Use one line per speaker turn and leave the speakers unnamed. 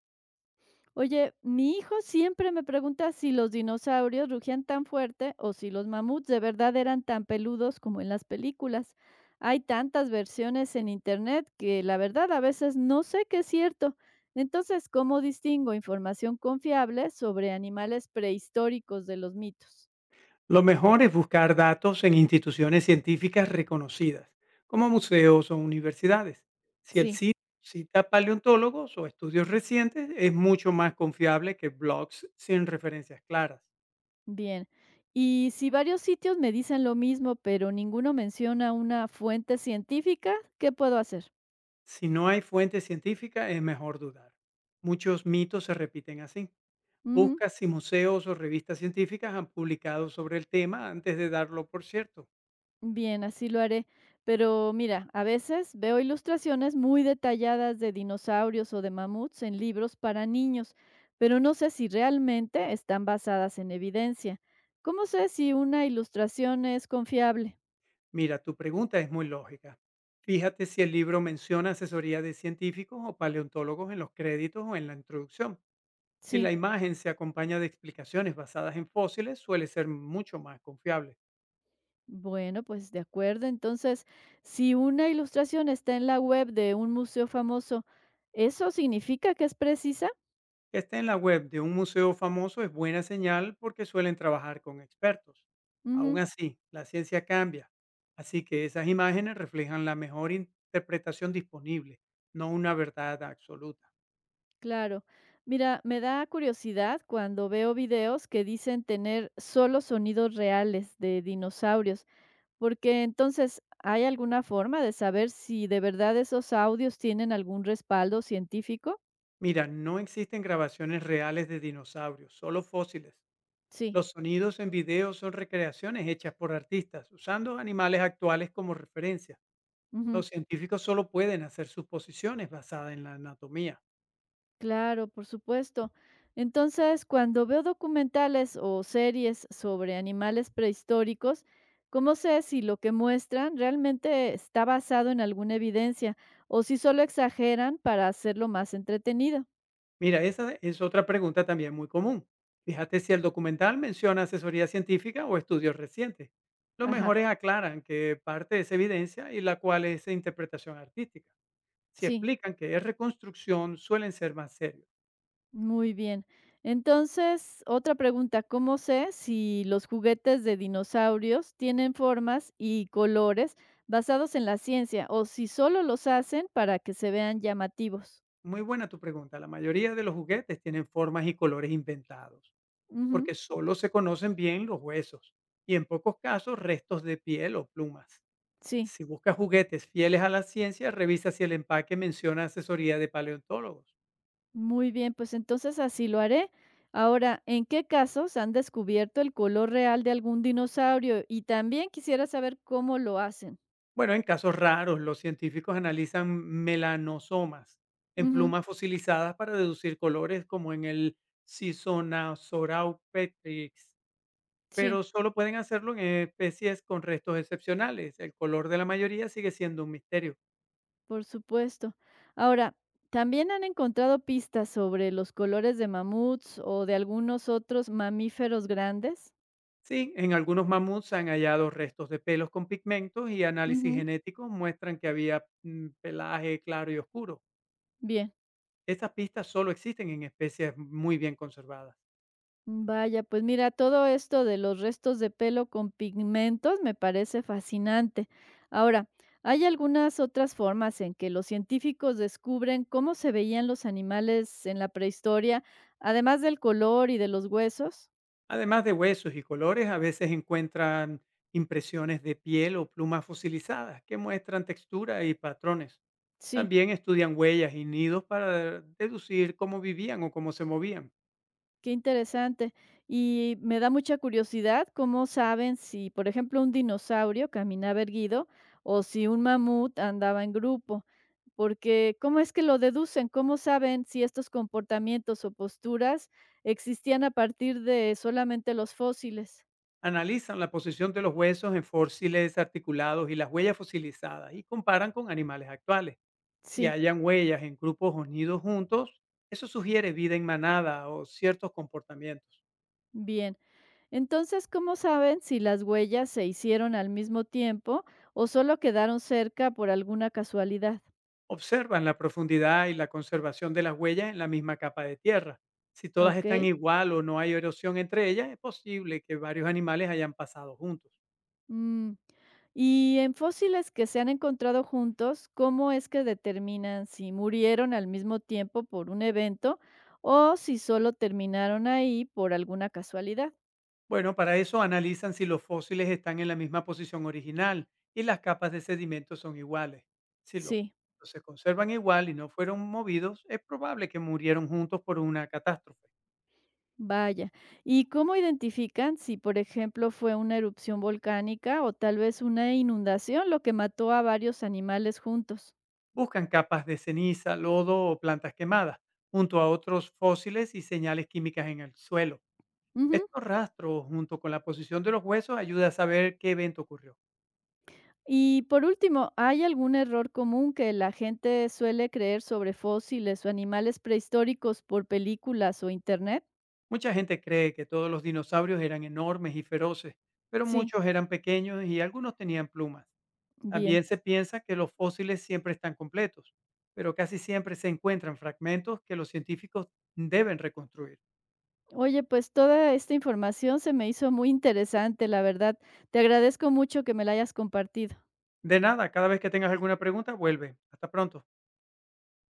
Oye, mi hijo siempre me pregunta si los dinosaurios rugían tan fuerte o si los mamuts de verdad eran tan peludos como en las películas. Hay tantas versiones en internet que la verdad a veces no sé qué es cierto. Entonces, ¿cómo distingo información confiable sobre animales prehistóricos de los mitos?
Lo mejor es buscar datos en instituciones científicas reconocidas, como museos o universidades. Si el
Sí,
sitio cita paleontólogos o estudios recientes, es mucho más confiable que blogs sin referencias claras.
bien. Y si varios sitios me dicen lo mismo, pero ninguno menciona una fuente científica, ¿qué puedo hacer?
Si no hay fuente científica, es mejor dudar. Muchos mitos se repiten así.
Ujú.
Busca si museos o revistas científicas han publicado sobre el tema antes de darlo por cierto.
Bien, así lo haré. Pero mira, a veces veo ilustraciones muy detalladas de dinosaurios o de mamuts en libros para niños, pero no sé si realmente están basadas en evidencia. ¿Cómo sé si una ilustración es confiable?
Mira, tu pregunta es muy lógica. Fíjate si el libro menciona asesoría de científicos o paleontólogos en los créditos o en la introducción. Si la
Sí,
imagen se acompaña de explicaciones basadas en fósiles, suele ser mucho más confiable.
bueno, pues de acuerdo. Entonces, si una ilustración está en la web de un museo famoso, ¿eso significa que es precisa?
Que esté en la web de un museo famoso es buena señal porque suelen trabajar con expertos. Aún
Ujú.
así, la ciencia cambia, así que esas imágenes reflejan la mejor interpretación disponible, no una verdad absoluta.
Claro. Mira, me da curiosidad cuando veo videos que dicen tener solo sonidos reales de dinosaurios, porque entonces, ¿hay alguna forma de saber si de verdad esos audios tienen algún respaldo científico?
Mira, no existen grabaciones reales de dinosaurios, solo fósiles.
Sí.
Los sonidos en video son recreaciones hechas por artistas, usando animales actuales como referencia. Los científicos solo pueden hacer suposiciones basadas en la anatomía.
Claro, por supuesto. Entonces, cuando veo documentales o series sobre animales prehistóricos, ¿cómo sé si lo que muestran realmente está basado en alguna evidencia o si solo exageran para hacerlo más entretenido?
Mira, esa es otra pregunta también muy común. Fíjate si el documental menciona asesoría científica o estudios recientes. Los
Ajá,
mejores aclaran que parte es evidencia y la cual es interpretación artística. Si
sí,
explican que es reconstrucción, suelen ser más serios.
muy bien. Entonces, otra pregunta, ¿cómo sé si los juguetes de dinosaurios tienen formas y colores basados en la ciencia o si solo los hacen para que se vean llamativos?
Muy buena tu pregunta. La mayoría de los juguetes tienen formas y colores inventados,
Ujú.
porque solo se conocen bien los huesos y en pocos casos restos de piel o plumas.
Sí,
Si buscas juguetes fieles a la ciencia, revisa si el empaque menciona asesoría de paleontólogos.
muy bien, pues entonces así lo haré. Ahora, ¿en qué casos han descubierto el color real de algún dinosaurio? Y también quisiera saber cómo lo hacen.
Bueno, en casos raros, los científicos analizan melanosomas en
Ujú,
plumas fosilizadas para deducir colores como en el Petrix.
sí,
Pero solo pueden hacerlo en especies con restos excepcionales. El color de la mayoría sigue siendo un misterio.
por supuesto. Ahora, ¿también han encontrado pistas sobre los colores de mamuts o de algunos otros mamíferos grandes?
Sí, en algunos mamuts se han hallado restos de pelos con pigmentos y análisis
Ujú,
genéticos muestran que había pelaje claro y oscuro.
bien.
Estas pistas solo existen en especies muy bien conservadas.
Vaya, pues mira, todo esto de los restos de pelo con pigmentos me parece fascinante. Ahora, ¿hay algunas otras formas en que los científicos descubren cómo se veían los animales en la prehistoria, además del color y de los huesos?
Además de huesos y colores, a veces encuentran impresiones de piel o plumas fosilizadas que muestran textura y patrones.
Sí.
También estudian huellas y nidos para deducir cómo vivían o cómo se movían.
Qué interesante. Y me da mucha curiosidad cómo saben si, por ejemplo, un dinosaurio caminaba erguido o si un mamut andaba en grupo. Porque, ¿cómo es que lo deducen? ¿Cómo saben si estos comportamientos o posturas existían a partir de solamente los fósiles?
Analizan la posición de los huesos en fósiles articulados y las huellas fosilizadas y comparan con animales actuales. Si
Sí,
hayan huellas en grupos unidos juntos, eso sugiere vida en manada o ciertos comportamientos.
bien. Entonces, ¿cómo saben si las huellas se hicieron al mismo tiempo o solo quedaron cerca por alguna casualidad?
Observan la profundidad y la conservación de las huellas en la misma capa de tierra. Si todas
¿Ok?
están igual o no hay erosión entre ellas, es posible que varios animales hayan pasado juntos.
Mm, y en fósiles que se han encontrado juntos, ¿cómo es que determinan si murieron al mismo tiempo por un evento o si solo terminaron ahí por alguna casualidad?
Bueno, para eso analizan si los fósiles están en la misma posición original y las capas de sedimentos son iguales. Si los
Sí,
huesos se conservan igual y no fueron movidos, es probable que murieron juntos por una catástrofe.
vaya. ¿Y cómo identifican si, por ejemplo, fue una erupción volcánica o tal vez una inundación lo que mató a varios animales juntos?
Buscan capas de ceniza, lodo o plantas quemadas, junto a otros fósiles y señales químicas en el suelo.
Ujú.
Estos rastros, junto con la posición de los huesos, ayuda a saber qué evento ocurrió.
Y por último, ¿hay algún error común que la gente suele creer sobre fósiles o animales prehistóricos por películas o internet?
Mucha gente cree que todos los dinosaurios eran enormes y feroces, pero
Sí,
muchos eran pequeños y algunos tenían plumas. También
bien.
se piensa que los fósiles siempre están completos, pero casi siempre se encuentran fragmentos que los científicos deben reconstruir.
Oye, pues toda esta información se me hizo muy interesante, la verdad. Te agradezco mucho que me la hayas compartido.
De nada, cada vez que tengas alguna pregunta, vuelve. Hasta pronto.